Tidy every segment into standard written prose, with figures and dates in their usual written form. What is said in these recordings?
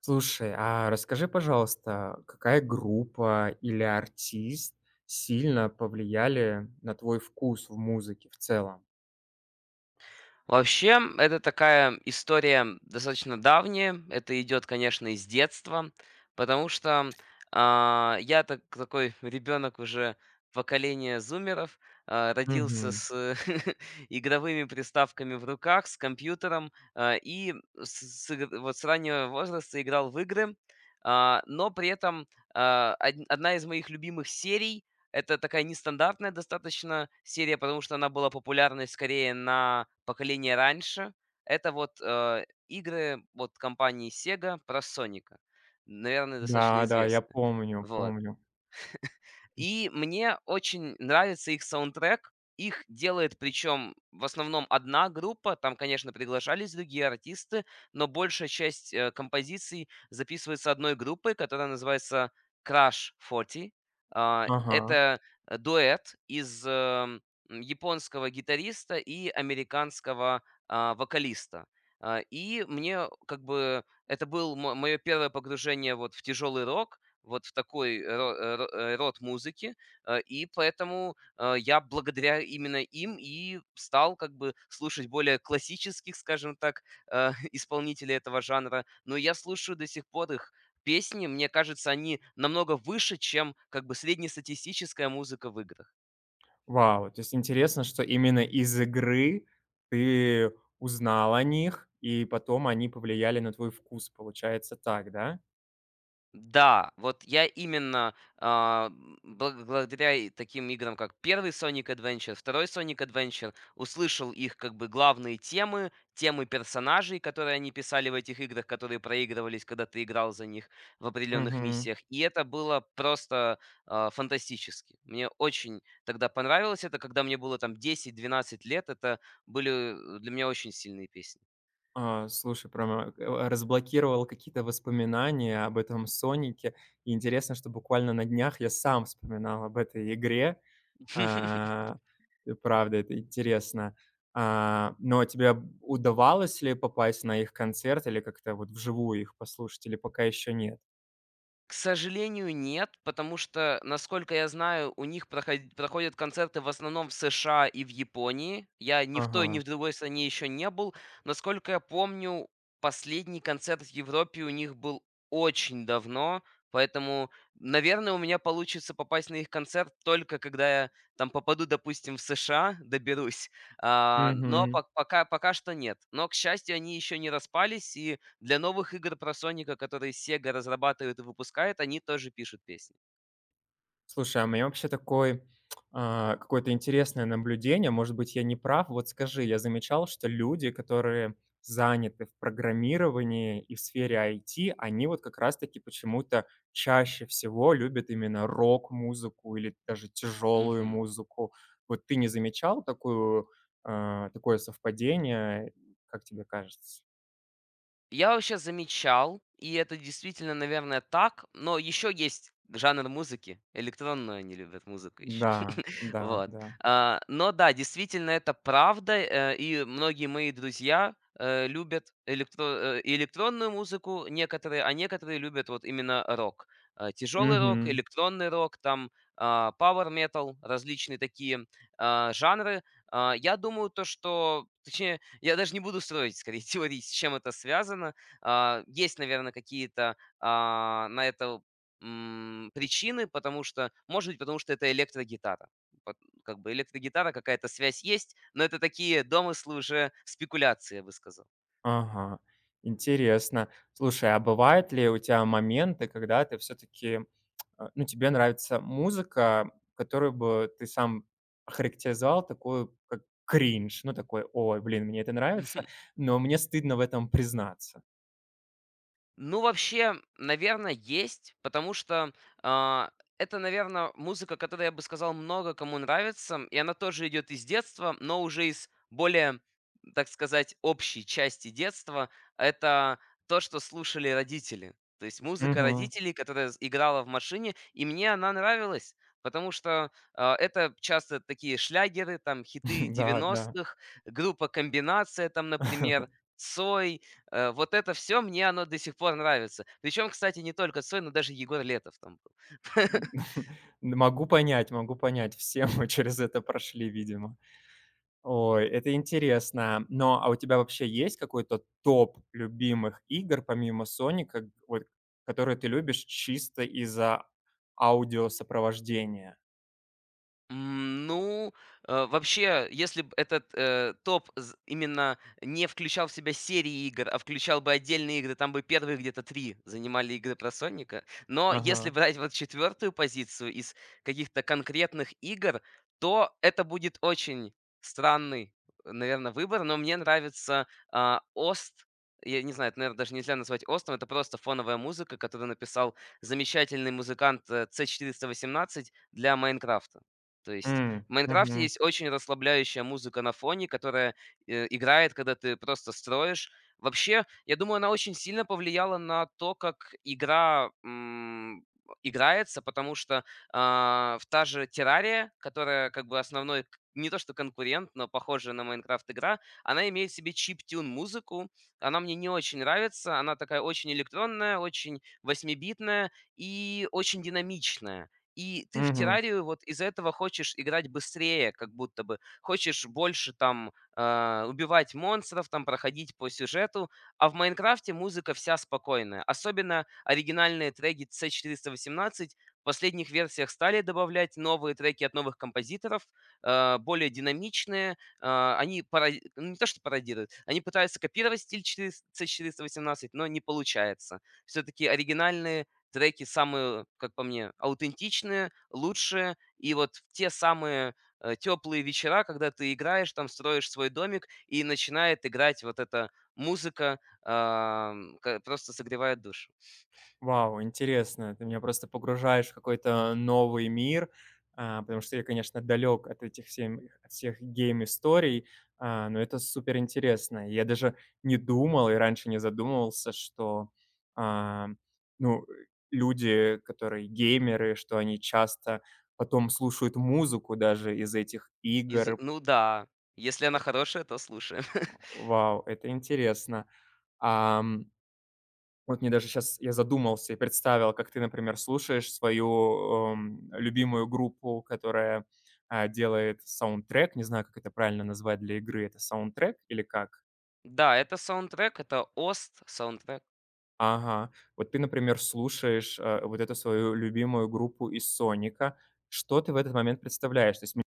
Слушай, а расскажи, пожалуйста, какая группа или артист сильно повлияли на твой вкус в музыке в целом? Вообще, это такая история достаточно давняя. Это идет, конечно, из детства, потому что такой ребенок уже поколения зумеров, родился Мгм. с игровыми приставками в руках, с компьютером, и с, вот с раннего возраста играл в игры. Но при этом одна из моих любимых серий это такая нестандартная достаточно серия, потому что она была популярной скорее на поколение раньше. Это вот игры вот компании Sega про Соника. Наверное, достаточно Да, да, я известны. помню, Вот. помню. И мне очень нравится их саундтрек. Их делает, причем в основном одна группа, там, конечно, приглашались другие артисты, но большая часть композиций записывается одной группой, которая называется Crash 40. А, Ага. Это э, дуэт из японского гитариста и американского вокалиста. И мне как бы это было мое первое погружение вот в тяжелый рок, вот в такой род музыки. И поэтому, я благодаря именно им и стал как бы слушать более классических, скажем так, исполнителей этого жанра. Но я слушаю до сих пор их песни. Мне кажется, они намного выше, чем как бы среднестатистическая музыка в играх. Вау, то есть интересно, что именно из игры ты узнал о них, и потом они повлияли на твой вкус, получается так, да? Да, вот я именно, а, м, бл благодаря и таким играм, как Первый Sonic Adventure, Второй Sonic Adventure, услышал их как бы главные темы, темы персонажей, которые они писали в этих играх, которые проигрывались, когда ты играл за них в определенных Мгм. миссиях. И это было просто, фантастически. Мне очень тогда понравилось это, когда мне было там 10-12 лет. Это были, для меня очень сильные песни. Слушай, прям разблокировал какие-то воспоминания об этом «Сонике». И интересно, что буквально на днях я сам вспоминал об этой игре. А, и правда, это интересно. Но тебе б удавалось ли попасть на их концерт или как-то вот вживую их послушать, или пока еще нет? К сожалению, нет, потому что, насколько я знаю, у них проходят концерты в основном в США и в Японии. Я ни в той, ни Ага. в другой стране еще не был. Насколько я помню, последний концерт в Европе у них был очень давно, поэтому, наверное, у меня получится попасть на их концерт только когда я там попаду, допустим, в США, доберусь. А, но Мгм. пок- пока, пока что нет. Но, к счастью, они еще не распались, и для новых игр про Соника, которые Sega разрабатывает и выпускает, они тоже пишут песни. Слушай, а у меня вообще такой, какое-то интересное наблюдение. Может быть, я не прав. Вот скажи, я замечал, что люди, которые заняты в программировании и в сфере IT, они вот как раз-таки почему-то чаще всего любят именно рок-музыку или даже тяжелую Мгм. музыку. Вот ты не замечал такое совпадение? Как тебе кажется? Я вообще замечал, и это действительно, наверное, так, но еще есть жанр музыки, электронную они любят музыку еще. Да, да, Вот. да. Но да, действительно, это правда, и многие мои друзья любят электронную музыку некоторые, а некоторые любят вот именно рок. Тяжелый рок, электронный рок, там power metal, различные такие жанры. Я думаю, то, что, точнее, я даже не буду строить, скорее, теории, с чем это связано. Есть, наверное, какие-то на это причины, потому что, может быть, потому что это электрогитара. Пот- Как бы электрогитара, какая-то связь есть, но это такие домыслы уже спекуляции, я бы сказал. Ага, интересно. Слушай, а бывают ли у тебя моменты, когда ты все-таки, ну, тебе нравится музыка, которую бы ты сам охарактеризовал такую, как кринж, ну, такой, ой, блин, мне это нравится, но мне стыдно в этом признаться. Ну, вообще, наверное, есть, потому что а, это, наверное, музыка, которая, я бы сказал, много кому нравится, и она тоже идет из детства, но уже из более, так сказать, общей части детства. Это то, что слушали родители. То есть музыка Мгм. родителей, которая играла в машине, и мне она нравилась, потому что это часто такие шлягеры, там хиты Да, да. 90-х, группа «Комбинация», там, например, Цой. Вот это все мне оно до сих пор нравится. Причем, кстати, не только Цой, но даже Егор Летов там был. Могу понять, все мы через это прошли, видимо. Ой, это интересно. Но у тебя вообще есть какой-то топ любимых игр помимо «Соника», вот которые ты любишь чисто из-за аудиосопровождения? Ну, вообще, если бы этот топ именно не включал в себя серии игр, а включал бы отдельные игры, там бы первые где-то три занимали игры про Соника. Но если Ага. брать вот четвертую позицию из каких-то конкретных игр, то это будет очень странный, наверное, выбор. Но мне нравится Ост. Я не знаю, это, наверное, даже нельзя назвать Остом. Это просто фоновая музыка, которую написал замечательный музыкант C418 для Майнкрафта. То есть М. в "Майнкрафте" Мгм. есть очень расслабляющая музыка на фоне, которая, играет, когда ты просто строишь. Вообще, я думаю, она очень сильно повлияла на то, как игра, играется, потому что, в та же "Террария", которая как бы основной к не то что конкурент, но похожая на "Майнкрафт" игра, она имеет в себе чиптюн музыку. Она мне не очень нравится. Она такая очень электронная, очень восьмибитная и очень динамичная. И ты в Мгм. террарию вот из-за этого хочешь играть быстрее, как будто бы. Хочешь больше там убивать монстров, там проходить по сюжету. А в Майнкрафте музыка вся спокойная. Особенно оригинальные треки C418 в последних версиях стали добавлять новые треки от новых композиторов, более динамичные. Они ну, не то, что пародируют, они пытаются копировать стиль 400 C418, но не получается. Все-таки оригинальные треки самые, как по мне, аутентичные, лучшие. И вот в те самые теплые вечера, когда ты играешь, там строишь свой домик и начинает играть вот эта музыка, просто согревает душу. Вау, интересно. Ты меня просто погружаешь в какой-то новый мир, потому что я, конечно, далек от этих всем, от всех гейм-историй, но это супер интересно. Я даже не думал и раньше не задумывался, что а, ну, люди, которые геймеры, что они часто потом слушают музыку даже из этих Из... игр. Ну да, если она хорошая, то слушаем. Вау, это интересно. Вот мне даже сейчас я задумался и представил, как ты, например, слушаешь свою, любимую группу, которая, делает саундтрек. Не знаю, как это правильно назвать для игры. Это саундтрек или как? Да, это саундтрек, это ОСТ саундтрек. Ага. Вот ты, например, слушаешь, вот эту свою любимую группу из «Соника». Что ты в этот момент представляешь? То есть м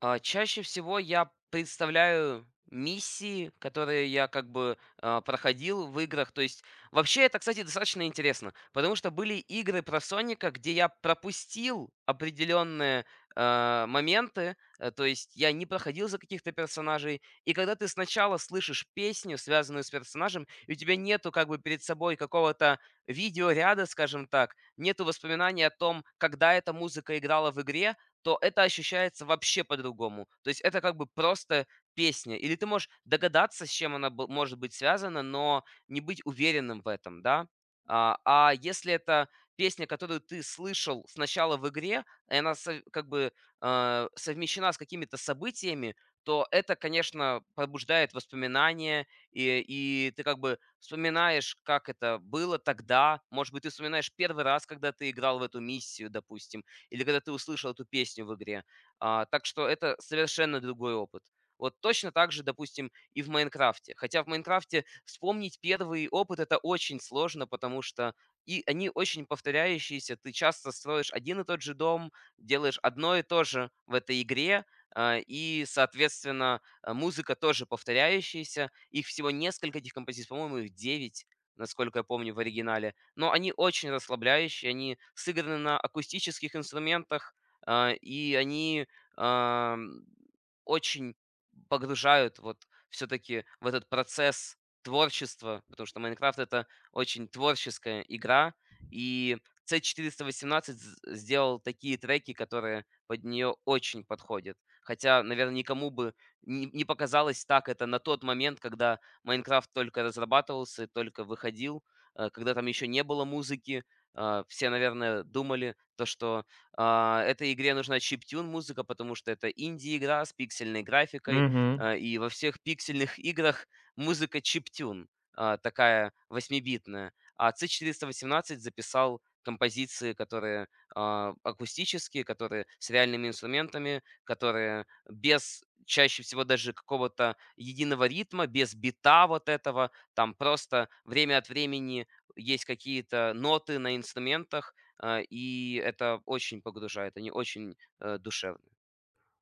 Чаще всего я представляю миссии, которые я как бы проходил в играх. То есть вообще это, кстати, достаточно интересно, потому что были игры про Соника, где я пропустил определенные моменты, то есть я не проходил за каких-то персонажей. И когда ты сначала слышишь песню, связанную с персонажем, и у тебя нету как бы перед собой какого-то видеоряда, скажем так, нету воспоминаний о том, когда эта музыка играла в игре, то это ощущается вообще по-другому. То есть это как бы просто песня. Или ты можешь догадаться, с чем она может быть связана, но не быть уверенным в этом, да? А если это песня, которую ты слышал сначала в игре, и она как бы совмещена с какими-то событиями, то это, конечно, пробуждает воспоминания, и ты как бы вспоминаешь, как это было тогда. Может быть, ты вспоминаешь первый раз, когда ты играл в эту миссию, допустим, или когда ты услышал эту песню в игре. Так что это совершенно другой опыт. Вот точно так же, допустим, и в Майнкрафте. Хотя в Майнкрафте вспомнить первый опыт это очень сложно, потому что и они очень повторяющиеся. Ты часто строишь один и тот же дом, делаешь одно и то же в этой игре, и, соответственно, музыка тоже повторяющаяся. Их всего несколько этих композиций, по-моему, их 9, насколько я помню, в оригинале, но они очень расслабляющие, они сыграны на акустических инструментах, и они, ам, очень погружают вот все-таки в этот процесс творчества, потому что Майнкрафт это очень творческая игра, и C418 сделал такие треки, которые под нее очень подходят. Хотя, наверное, никому бы не, не показалось так это на тот момент, когда Майнкрафт только разрабатывался, только выходил, когда там еще не было музыки, все, наверное, думали то, что этой игре нужна чиптюн музыка, потому что это инди-игра с пиксельной графикой, Мгм. И во всех пиксельных играх музыка чиптюн, такая восьмибитная. А C418 записал композиции, которые акустические, которые с реальными инструментами, которые без чаще всего даже какого-то единого ритма, без бита вот этого, там просто время от времени есть какие-то ноты на инструментах, и это очень погружает, они очень, душевные.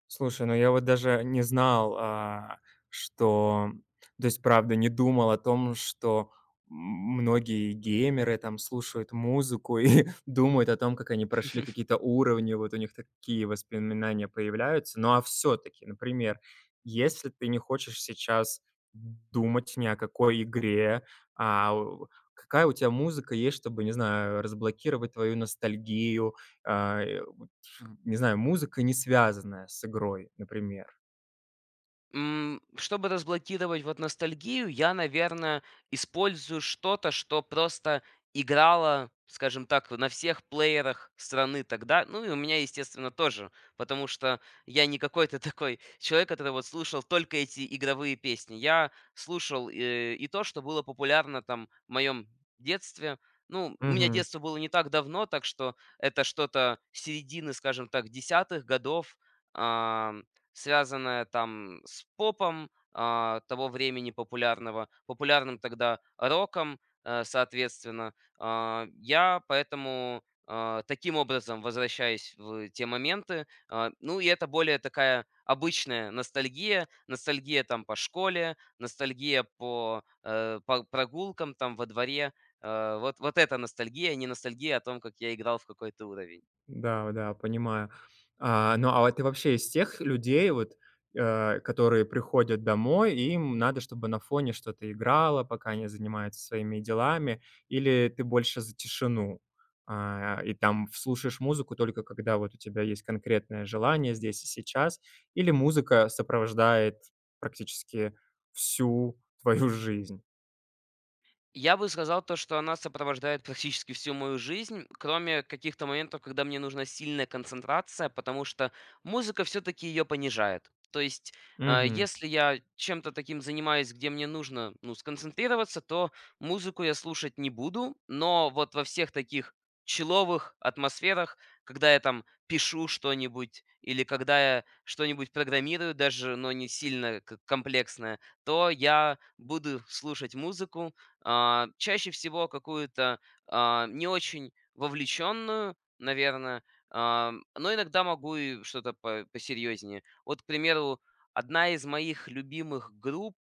Слушай, ну я вот даже не знал, что то есть, правда, не думал о том, что м многие геймеры там слушают музыку и думают о том, как они прошли какие-то уровни, вот у них такие воспоминания появляются. Ну, а все таки например, если ты не хочешь сейчас думать ни о какой игре, а, у какая у тебя музыка есть, чтобы, не знаю, разблокировать твою ностальгию? А, э не знаю, музыка, не связанная с игрой, например. Чтобы разблокировать вот ностальгию, я, наверное, использую что-то, что просто играло, скажем так, на всех плеерах страны тогда. Ну и у меня, естественно, тоже, потому что я не какой-то такой человек, который вот слушал только эти игровые песни. Я слушал и то, что было популярно там в моем детстве. Ну, у меня Мгм. детство было не так давно, так что это что-то середины, скажем так, десятых годов, связанная там с попом, того времени популярного, популярным тогда роком, соответственно. Я поэтому, таким образом возвращаюсь в те моменты. Ну, и это более такая обычная ностальгия. Ностальгия там по школе, ностальгия по прогулкам там во дворе. Вот, вот эта ностальгия, а не ностальгия о том, как я играл в какой-то уровень. Да, да, понимаю. А вот ты вообще из тех людей, вот, которые приходят домой, и им надо, чтобы на фоне что-то играло, пока они занимаются своими делами, или ты больше за тишину? И там слушаешь музыку только когда вот у тебя есть конкретное желание здесь и сейчас, или музыка сопровождает практически всю твою жизнь? Я бы сказал то, что она сопровождает практически всю мою жизнь, кроме каких-то моментов, когда мне нужна сильная концентрация, потому что музыка все-таки ее понижает. То есть, если я чем-то таким занимаюсь, где мне нужно ну, сконцентрироваться, то музыку я слушать не буду, но вот во всех таких человых атмосферах, когда я там пишу что-нибудь или когда я что-нибудь программирую, даже, но не сильно комплексное, то я буду слушать музыку, чаще всего какую-то, не очень вовлеченную, наверное, но иногда могу и что-то по посерьезнее. Вот, к примеру, одна из моих любимых групп,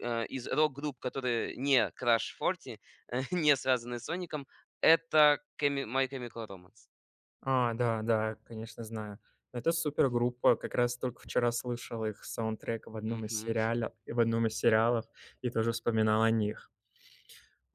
из рок-групп, которые не Crash 40, не связаны с "Соником", это Кеми My Chemical Romance. Да, да, конечно, знаю. Но это супергруппа. Как раз только вчера слышал их саундтрек в одном из сериалов и тоже вспоминал о них.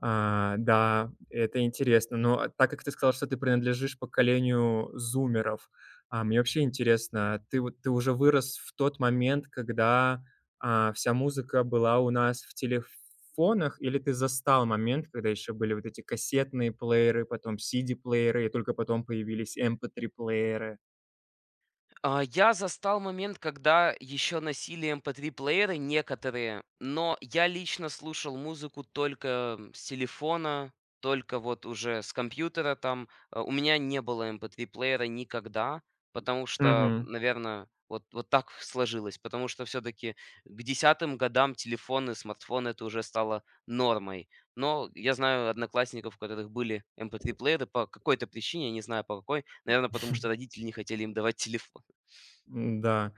Да, это интересно. Так как ты сказал, что ты принадлежишь поколению зумеров, мне вообще интересно, ты уже вырос в тот момент, когда, вся музыка была у нас в телефонах, или ты застал момент, когда еще были вот эти кассетные плееры, потом CD-плееры, и только потом появились MP3 плееры? Я застал момент, когда еще носили MP3-плееры некоторые, но я лично слушал музыку только с телефона, только вот уже с компьютера там. У меня не было MP3-плеера никогда, потому что, Мгм. наверное, вот так сложилось. Потому что все таки к десятым годам телефоны, смартфоны — это уже стало нормой. Но я знаю одноклассников, у которых были MP3-плееры по какой-то причине, я не знаю по какой. Наверное, потому что родители не хотели им давать телефон. Да.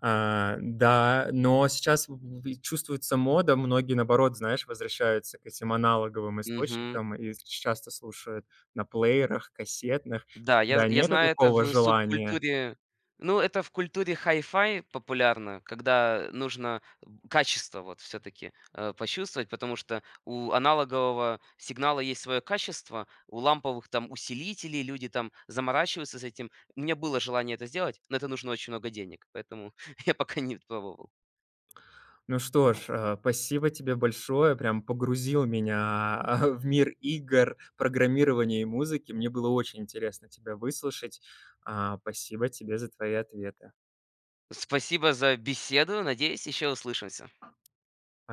Да, но сейчас в и чувствуется мода. Многие, наоборот, знаешь, возвращаются к этим аналоговым Мгм. источникам и часто слушают на плеерах, кассетных. Да, я з Да, я нету знаю это такого в желания. субкультуре. Ну, это в культуре хай-фай популярно, когда нужно б качество вот все таки почувствовать, потому что у аналогового сигнала есть свое качество, у ламповых там усилителей люди там заморачиваются с этим. У меня было желание это сделать, но это нужно очень много денег, поэтому я пока не пробовал. Ну что ж, спасибо тебе большое. Прям погрузил меня, в мир игр, программирования и музыки. Мне было очень интересно тебя выслушать. Спасибо тебе за твои ответы. Спасибо за беседу, надеюсь, еще услышимся.